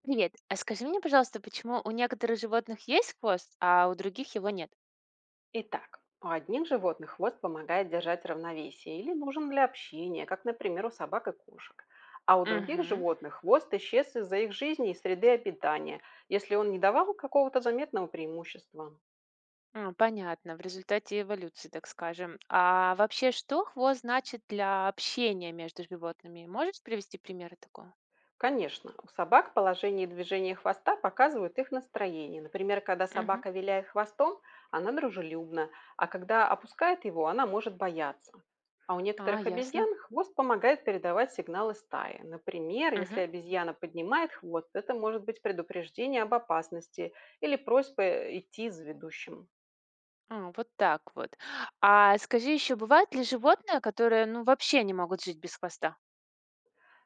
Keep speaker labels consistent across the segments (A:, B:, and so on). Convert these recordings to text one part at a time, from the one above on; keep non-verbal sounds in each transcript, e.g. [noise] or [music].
A: Привет. А скажи мне, пожалуйста, почему у некоторых животных есть хвост, а у других его нет?
B: Итак, у одних животных хвост помогает держать равновесие или нужен для общения, как, например, у собак и кошек. А у других
A: Угу.
B: животных хвост исчез из-за их жизни и среды обитания, если он не давал какого-то заметного преимущества.
A: Понятно. В результате эволюции, так скажем. А вообще, что хвост значит для общения между животными? Можешь привести примеры такого?
B: Конечно, у собак положение и движение хвоста показывают их настроение. Например, когда
A: Угу.
B: собака виляет хвостом, она дружелюбна, а когда опускает его, она может бояться. А у
A: А,
B: некоторых
A: ясно.
B: обезьян хвост помогает передавать сигналы стаи. Например,
A: Угу.
B: если обезьяна поднимает хвост, это может быть предупреждение об опасности или просьба идти за ведущим.
A: А, вот так вот. А скажи еще, бывают ли животные, которые, ну, вообще не могут жить без хвоста?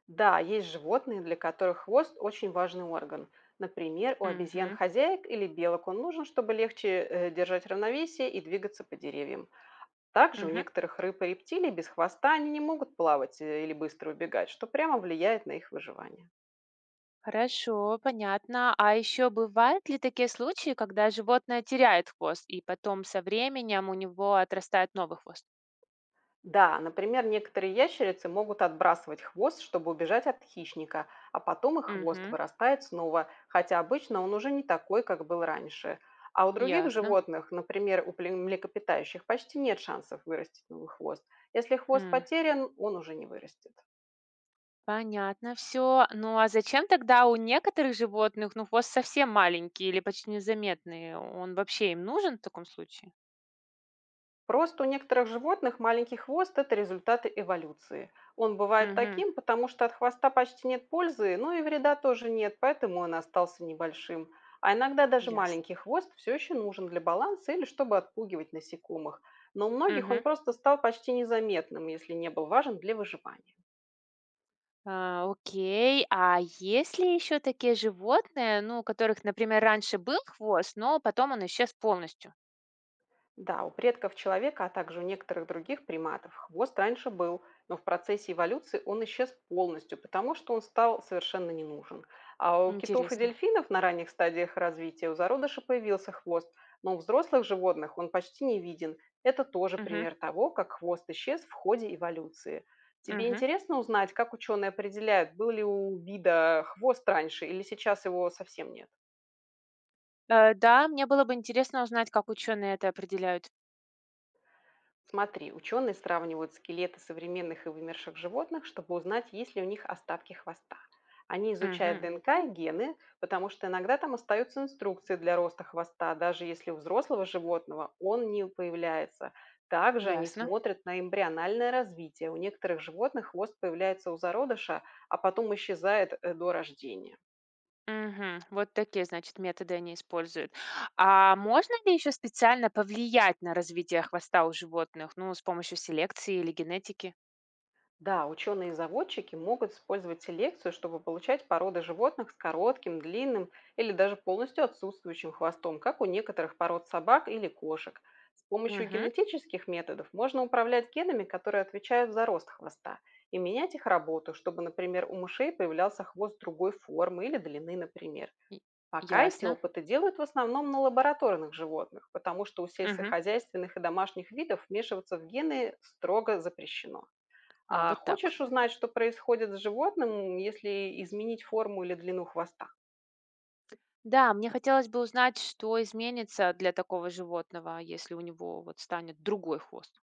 B: Да, есть животные, для которых хвост очень важный орган. Например, у
A: Угу.
B: обезьян-хозяек или белок он нужен, чтобы легче держать равновесие и двигаться по деревьям. Также у некоторых рыб и рептилий без хвоста они не могут плавать, или быстро убегать, что прямо влияет на их выживание.
A: Хорошо, понятно. А еще бывают ли такие случаи, когда животное теряет хвост, и потом со временем у него отрастает новый хвост?
B: Да, например, некоторые ящерицы могут отбрасывать хвост, чтобы убежать от хищника, а потом их хвост
A: Угу,
B: вырастает снова, хотя обычно он уже не такой, как был раньше. А у других
A: ясно.
B: животных, например, у млекопитающих, почти нет шансов вырастить новый хвост. Если хвост
A: М.
B: потерян, он уже не вырастет.
A: Понятно все. Ну а зачем тогда у некоторых животных, ну, хвост совсем маленький или почти незаметный? Он вообще им нужен в таком случае?
B: Рост у некоторых животных маленький хвост — это результаты эволюции. Он бывает
A: Угу,
B: таким, потому что от хвоста почти нет пользы, но и вреда тоже нет, поэтому он остался небольшим. А иногда даже
A: ясно.
B: маленький хвост все еще нужен для баланса или чтобы отпугивать насекомых. Но у многих он
A: Угу.
B: просто стал почти незаметным, если не был важен для выживания.
A: Окей. А есть ли еще такие животные, ну, у которых, например, раньше был хвост, но потом он исчез полностью?
B: Да, у предков человека, а также у некоторых других приматов хвост раньше был, но в процессе эволюции он исчез полностью, потому что он стал совершенно не нужен. А у китов и
A: Интересно.
B: дельфинов на ранних стадиях развития у зародыша появился хвост, но у взрослых животных он почти не виден. Это тоже
A: Мгм,
B: пример того, как хвост исчез в ходе эволюции. Тебе
A: мгм.
B: интересно узнать, как ученые определяют, был ли у вида хвост раньше или сейчас его совсем нет?
A: Да, мне было бы интересно узнать, как ученые это определяют.
B: Смотри, ученые сравнивают скелеты современных и вымерших животных, чтобы узнать, есть ли у них остатки хвоста. Они изучают
A: Мгм,
B: ДНК и гены, потому что иногда там остаются инструкции для роста хвоста, даже если у взрослого животного он не появляется. Также они
A: ясно.
B: смотрят на эмбриональное развитие. У некоторых животных хвост появляется у зародыша, а потом исчезает до рождения.
A: Мгм. Вот такие, значит, методы они используют. А можно ли еще специально повлиять на развитие хвоста у животных, ну, с помощью селекции или генетики?
B: Да, ученые-заводчики могут использовать селекцию, чтобы получать породы животных с коротким, длинным или даже полностью отсутствующим хвостом, как у некоторых пород собак или кошек. С помощью
A: Мгм.
B: генетических методов можно управлять генами, которые отвечают за рост хвоста, и менять их работу, чтобы, например, у мышей появлялся хвост другой формы или длины, например.
A: И-
B: Пока эти
A: Ясно.
B: опыты делают в основном на лабораторных животных, потому что у
A: Мгм.
B: сельскохозяйственных и домашних видов вмешиваться в гены строго запрещено.
A: А,
B: А
A: вот так.
B: хочешь узнать, что происходит с животным, если изменить форму или длину хвоста?
A: Да, мне хотелось бы узнать, что изменится для такого животного, если у него вот станет другой хвост.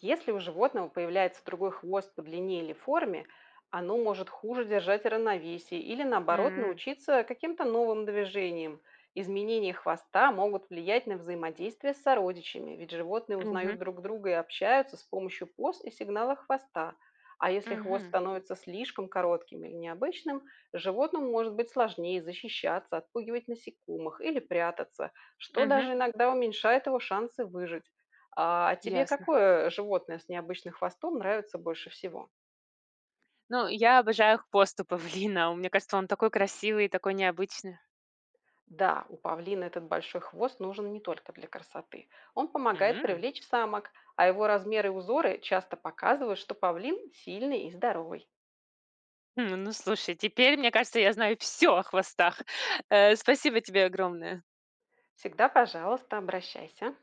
B: Если у животного появляется другой хвост по длине или форме, оно может хуже держать равновесие или, наоборот,
A: М,
B: научиться каким-то новым движениям. Изменения хвоста могут влиять на взаимодействие с сородичами, ведь животные
A: мгм,
B: узнают друг друга и общаются с помощью поз и сигналов хвоста. А если хвост
A: мгм,
B: становится слишком коротким или необычным, животному может быть сложнее защищаться, отпугивать насекомых или прятаться, что
A: мгм.
B: даже иногда уменьшает его шансы выжить. А тебе
A: Ясно.
B: какое животное с необычным хвостом нравится больше всего?
A: Ну, я обожаю хвост [laughs] у павлина. Он, мне кажется, он такой красивый и такой необычный.
B: Да, у павлина этот большой хвост нужен не только для красоты. Он помогает
A: М.
B: привлечь самок, а его размеры и узоры часто показывают, что павлин сильный и здоровый.
A: М, ну, слушай, теперь, мне кажется, я знаю все о хвостах. [laughs] Спасибо тебе огромное.
B: Всегда, пожалуйста, обращайся.